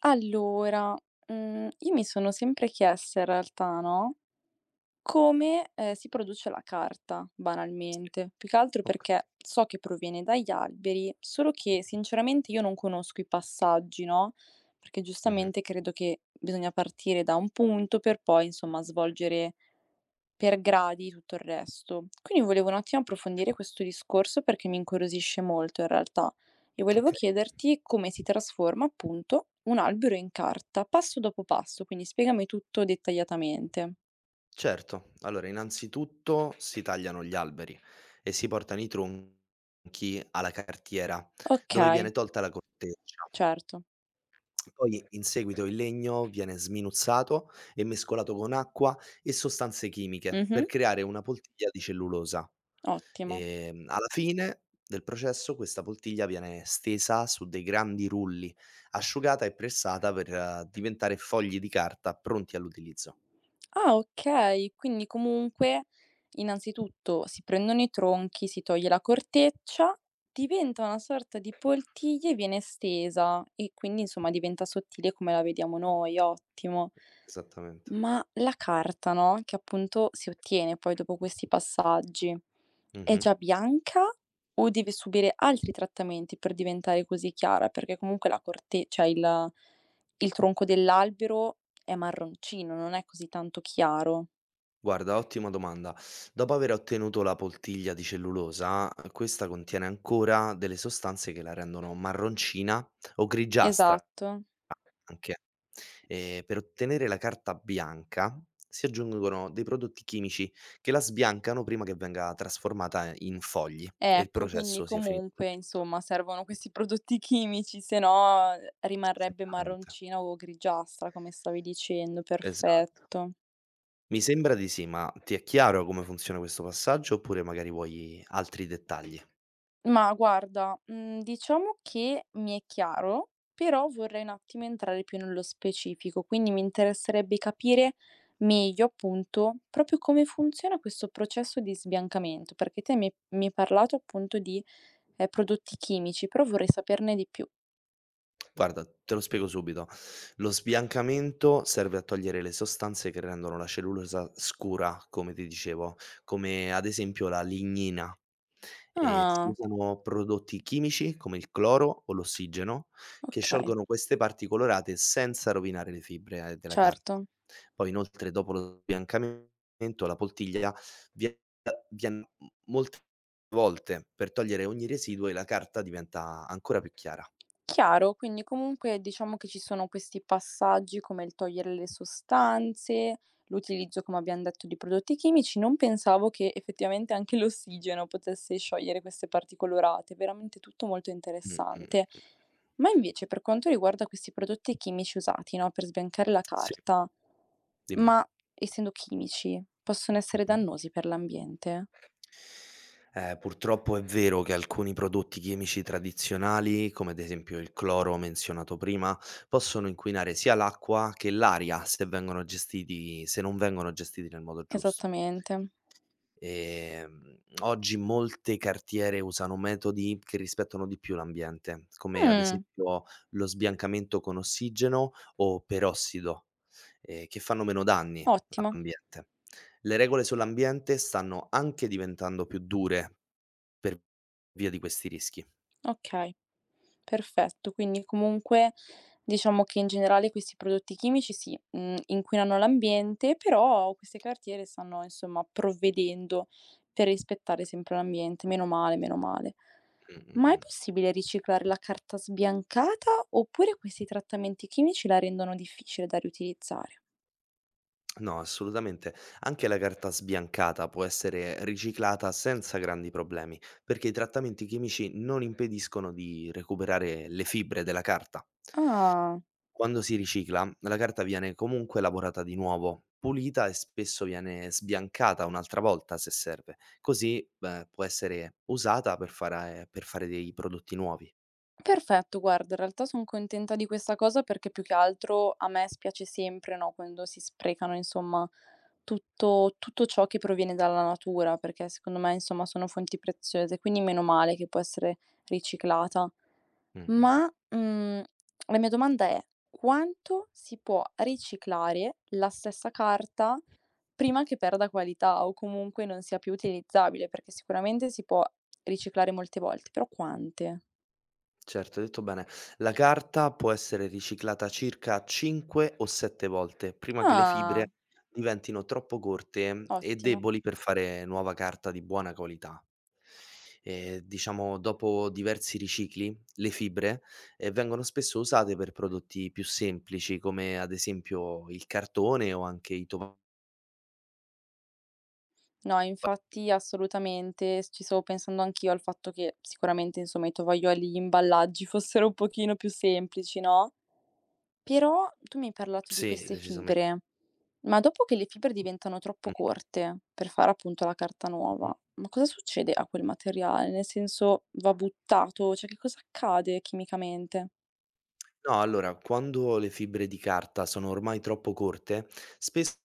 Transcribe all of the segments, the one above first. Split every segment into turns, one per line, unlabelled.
Allora, io mi sono sempre chiesta in realtà, no, come, si produce la carta banalmente, più che altro
Oka
perché so che proviene dagli alberi, solo che sinceramente io non conosco i passaggi, no, perché
mh-mh,
giustamente credo che bisogna partire da un punto per poi, insomma, svolgere per gradi tutto il resto. Quindi volevo un attimo approfondire questo discorso perché mi incuriosisce molto in realtà e volevo
okay.
chiederti come si trasforma appunto un albero in carta, passo dopo passo, quindi spiegami tutto dettagliatamente.
Certo. Allora, innanzitutto si tagliano gli alberi e si portano i tronchi alla cartiera, dove viene
Okay,
tolta la corteccia.
certo.
Poi in seguito il legno viene sminuzzato e mescolato con acqua e sostanze chimiche
Mh-mh.
per creare una poltiglia di cellulosa.
Ottimo.
Alla fine del processo questa poltiglia viene stesa su dei grandi rulli, asciugata e pressata per diventare fogli di carta pronti all'utilizzo.
Ah okay, quindi comunque innanzitutto si prendono i tronchi, si toglie la corteccia, diventa una sorta di poltiglia e viene estesa e quindi insomma diventa sottile come la vediamo noi, ottimo.
Esattamente.
Ma la carta, no, che appunto si ottiene poi dopo questi passaggi, è
Mh-mh.
già bianca o deve subire altri trattamenti per diventare così chiara? Perché comunque la corte cioè il tronco dell'albero è marroncino, non è così tanto chiaro.
Guarda, ottima domanda. Dopo aver ottenuto la poltiglia di cellulosa, questa contiene ancora delle sostanze che la rendono marroncina o grigiastra
Esatto.
anche, e per ottenere la carta bianca si aggiungono dei prodotti chimici che la sbiancano prima che venga trasformata in fogli e il
Ecco, quindi
processo sia finito del
comunque
tutto.
insomma servono questi prodotti chimici, se no rimarrebbe
Esattamente,
marroncina o grigiastra come stavi dicendo,
esatto.
perfetto.
Mi sembra di sì, ma ti è chiaro come funziona questo passaggio oppure magari vuoi altri dettagli?
Ma guarda, diciamo che mi è chiaro, però vorrei un attimo entrare più nello specifico, quindi mi interesserebbe capire meglio, appunto, proprio come funziona questo processo di sbiancamento, perché te mi hai parlato, appunto, di, prodotti chimici, però vorrei saperne di più.
Guarda, te lo spiego subito. Lo sbiancamento serve a togliere le sostanze che rendono la cellulosa scura, come ti dicevo, come ad esempio la lignina. E si
Ah,
usano prodotti chimici come il cloro o l'ossigeno che
okay,
sciolgono queste parti colorate senza rovinare le fibre della carta.
certo.
Poi inoltre dopo lo sbiancamento la poltiglia via- viene molte volte per togliere ogni residuo e la carta diventa ancora più chiara.
Chiaro, quindi comunque diciamo che ci sono questi passaggi come il togliere le sostanze, l'utilizzo, come abbiamo detto, di prodotti chimici. Non pensavo che effettivamente anche l'ossigeno potesse sciogliere queste parti colorate, veramente tutto molto
Mh, mh,
interessante.
mh.
Ma invece per quanto riguarda questi prodotti chimici usati, no, per sbiancare la
Sì,
carta,
dimmi.
ma essendo chimici, possono essere
Mh-mh.
dannosi per l'ambiente?
Purtroppo è vero che alcuni prodotti chimici tradizionali, come ad esempio il cloro menzionato prima, possono inquinare sia l'acqua che l'aria se non vengono gestiti nel modo giusto.
Esattamente.
Oggi molte cartiere usano metodi che rispettano di più l'ambiente, come ad
Mh,
esempio lo sbiancamento con ossigeno o perossido, che fanno meno danni
ottima,
all'ambiente. Le regole sull'ambiente stanno anche diventando più dure per via di questi rischi.
ok. Perfetto, quindi comunque diciamo che in generale questi prodotti chimici sì, inquinano l'ambiente, però queste cartiere stanno insomma provvedendo per rispettare sempre l'ambiente. Meno male, meno male.
Mh,
Ma è
mh, mh.
possibile riciclare la carta sbiancata oppure questi trattamenti chimici la rendono difficile da riutilizzare?
No, assolutamente. Anche la carta sbiancata può essere riciclata senza grandi problemi, perché i trattamenti chimici non impediscono di recuperare le fibre della carta.
Ah.
Quando si ricicla, la carta viene comunque lavorata di nuovo, pulita e spesso viene sbiancata un'altra volta se serve. Così, beh, può essere usata per fare dei prodotti nuovi.
Perfetto, guarda, in realtà son contenta di questa cosa perché più che altro a me spiace sempre, no, quando si sprecano insomma tutto ciò che proviene dalla natura, perché secondo me insomma sono fonti preziose, quindi meno male che può essere riciclata.
Mm, mm.
Ma, la mia domanda è: quanto si può riciclare la stessa carta prima che perda qualità o comunque non sia più utilizzabile? Perché sicuramente si può riciclare molte volte, però quante?
Certo, hai detto bene. La carta può essere riciclata circa 5 o 7 volte prima che le fibre
Ah.
diventino troppo corte e
Ottimo.
deboli per fare nuova carta di buona qualità. E, diciamo, dopo diversi ricicli, le fibre vengono spesso usate per prodotti più semplici, come ad esempio il cartone o anche i tovaglioli.
No, infatti assolutamente, s ci stavo pensando anch'io al fatto che sicuramente, insomma, i tovaglioli, gli imballaggi fossero un pochino più semplici, no, però tu mi hai parlato di
Sì,
queste
decisamente.
fibre, ma dopo che le fibre diventano troppo corte per fare appunto la carta
Mh-mh.
nuova, ma cosa succede a quel materiale? Nel senso, va buttato? Cioè che cosa accade chimicamente?
No, allora, quando le fibre di carta sono ormai troppo corte, spesso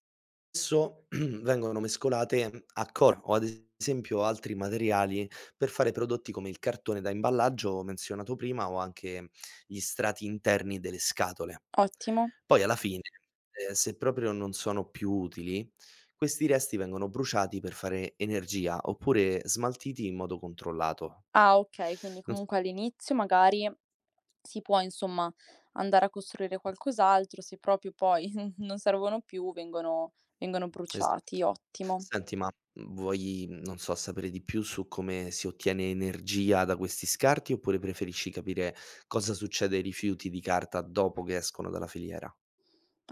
Spesso vengono mescolate a cor o ad esempio altri materiali per fare prodotti come il cartone da imballaggio menzionato prima o anche gli strati interni delle scatole.
Ottimo.
Poi alla fine, se proprio non sono più utili, questi resti vengono bruciati per fare energia oppure smaltiti in modo controllato.
Ah okay, quindi
Non
comunque all'inizio magari si può insomma andare a costruire qualcos'altro, se proprio poi non servono più vengono bruciati,
Esatto.
ottimo.
Senti, ma, vuoi, non so, sapere di più su come si ottiene energia da questi scarti, oppure preferisci capire cosa succede ai rifiuti di carta dopo che escono dalla filiera?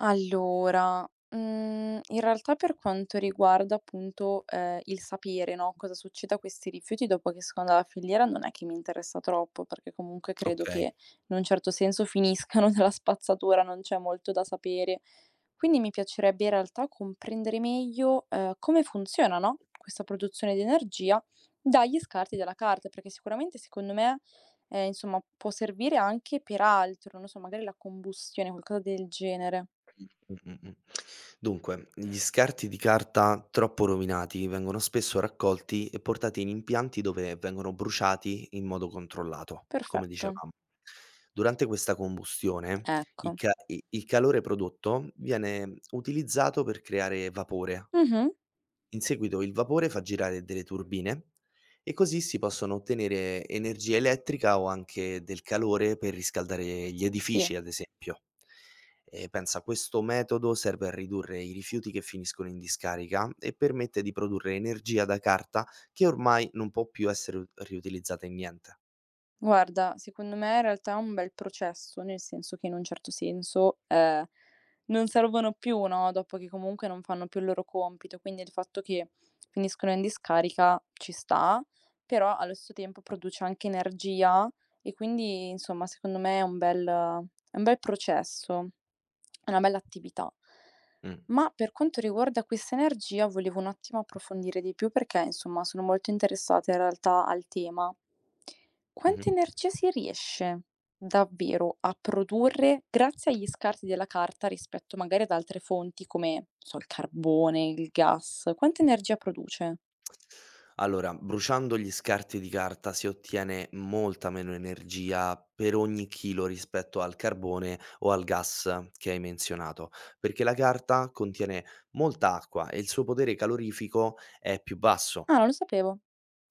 Allora, in realtà per quanto riguarda appunto, il sapere, no, cosa succede a questi rifiuti dopo che escono dalla filiera non è che mi interessa troppo, perché comunque credo
Okay.
che in un certo senso finiscano nella spazzatura, non c'è molto da sapere. Quindi mi piacerebbe in realtà comprendere meglio, come funziona, no, questa produzione di energia dagli scarti della carta, perché sicuramente secondo me, insomma può servire anche per altro, non so, magari la combustione, qualcosa del genere.
Mh, mh, mh. Dunque, gli scarti di carta troppo rovinati vengono spesso raccolti e portati in impianti dove vengono bruciati in modo controllato, come
Perfetto,
dicevamo. Durante questa combustione, il
ecco.
ca i il calore prodotto viene utilizzato per creare vapore,
Mh-mh,
in seguito il vapore fa girare delle turbine e così si possono ottenere energia elettrica o anche del calore per riscaldare gli
sì.
edifici, ad esempio. E pensa, questo metodo serve a ridurre i rifiuti che finiscono in discarica e permette di produrre energia da carta che ormai non può più essere riutilizzata in niente.
Guarda, secondo me in realtà è un bel processo, nel senso che in un certo senso, non servono più, no, dopo che comunque non fanno più il loro compito, quindi il fatto che finiscono in discarica ci sta, però allo stesso tempo produce anche energia e quindi insomma secondo me è un bel processo, è una bella attività.
Mm,
Ma per quanto riguarda questa energia volevo un attimo approfondire di più perché insomma sono molto interessata in realtà al tema.
mhm.
Quanta energia si riesce davvero a produrre grazie agli scarti della carta rispetto magari ad altre fonti come, non so, il carbone, il gas? Quanta energia produce?
Allora, bruciando gli scarti di carta si ottiene molta meno energia per ogni chilo rispetto al carbone o al gas che hai menzionato, perché la carta contiene molta acqua e il suo potere calorifico è più basso.
Ah, non lo sapevo.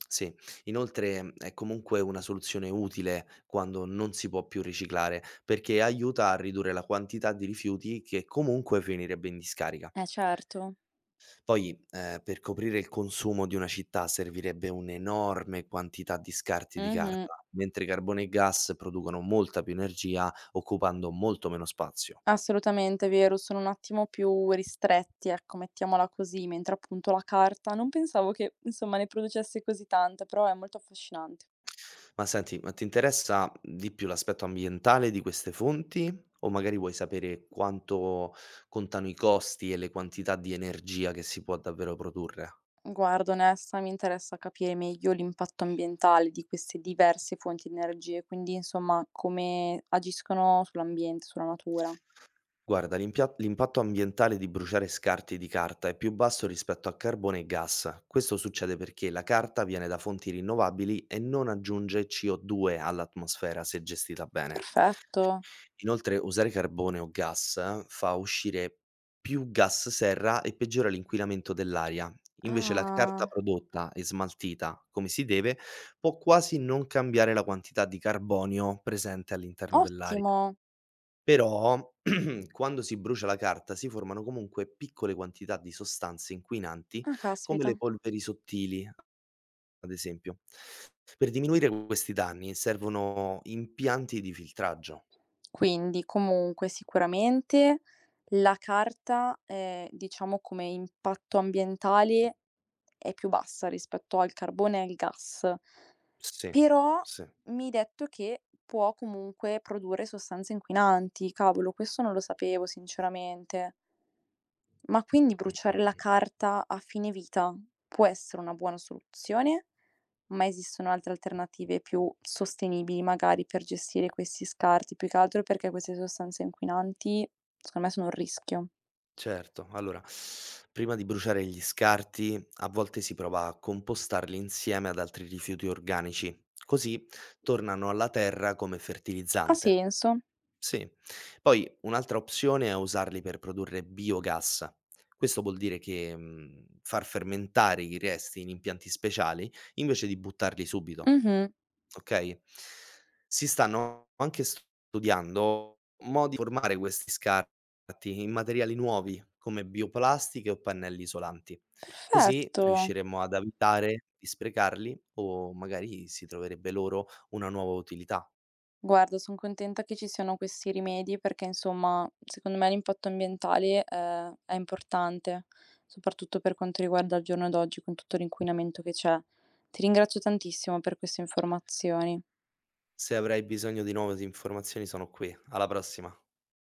Sì, inoltre è comunque una soluzione utile quando non si può più riciclare, perché aiuta a ridurre la quantità di rifiuti che comunque finirebbe in discarica.
Eh certo.
Poi, per coprire il consumo di una città servirebbe un'enorme quantità di scarti di
Mh-mh.
carta, mentre carbone e gas producono molta più energia, occupando molto meno spazio.
Assolutamente è vero, sono un attimo più ristretti, ecco, mettiamola così, mentre appunto la carta non pensavo che, insomma, ne producesse così tanta, però è molto affascinante.
Ma senti, ma ti interessa di più l'aspetto ambientale di queste fonti o magari vuoi sapere quanto contano i costi e le quantità di energia che si può davvero produrre?
Guarda, onesta, mi interessa capire meglio l'impatto ambientale di queste diverse fonti di energie, quindi insomma come agiscono sull'ambiente, sulla natura.
Guarda, l'impatto ambientale di bruciare scarti di carta è più basso rispetto a carbone e gas. Questo succede perché la carta viene da fonti rinnovabili e non aggiunge CO2 all'atmosfera se gestita bene.
Perfetto.
Inoltre, usare carbone o gas fa uscire più gas serra e peggiora l'inquinamento dell'aria. Invece la carta
Ah,
prodotta e smaltita come si deve può quasi non cambiare la quantità di carbonio presente all'interno dell'aria.
ottimo.
Però quando si brucia la carta si formano comunque piccole quantità di sostanze inquinanti,
Ah,
come le
caspita.
polveri sottili, ad esempio. Per diminuire questi danni servono impianti di filtraggio.
Quindi comunque sicuramente la carta, diciamo come impatto ambientale, è più bassa rispetto al carbone e al gas.
Sì,
Però
sì.
mi hai detto che può comunque produrre sostanze inquinanti. Cavolo, questo non lo sapevo sinceramente. Ma quindi
Mh,
bruciare
mh,
la
mh.
carta a fine vita può essere una buona soluzione, ma esistono altre alternative più sostenibili magari per gestire questi scarti, più che altro perché queste sostanze inquinanti secondo me sono un rischio.
Certo. Allora, prima di bruciare gli scarti, a volte si prova a compostarli insieme ad altri rifiuti organici, così tornano alla terra come
Ha
fertilizzante.
senso.
Sì. Poi un'altra opzione è usarli per produrre biogas. Questo vuol dire che, far fermentare i resti in impianti speciali invece di buttarli subito,
Mh-mh,
okay. Si stanno anche studiando modi di formare questi scarti in materiali nuovi come bioplastiche o pannelli isolanti. Così
perfetto.
riusciremmo ad evitare di sprecarli o magari si troverebbe loro una nuova utilità.
Guarda, son contenta che ci siano questi rimedi perché, insomma, secondo me l'impatto ambientale, è importante, soprattutto per quanto riguarda il giorno d'oggi, con tutto l'inquinamento che c'è. Ti ringrazio tantissimo per queste informazioni.
Se avrai bisogno di nuove informazioni sono qui. Alla prossima.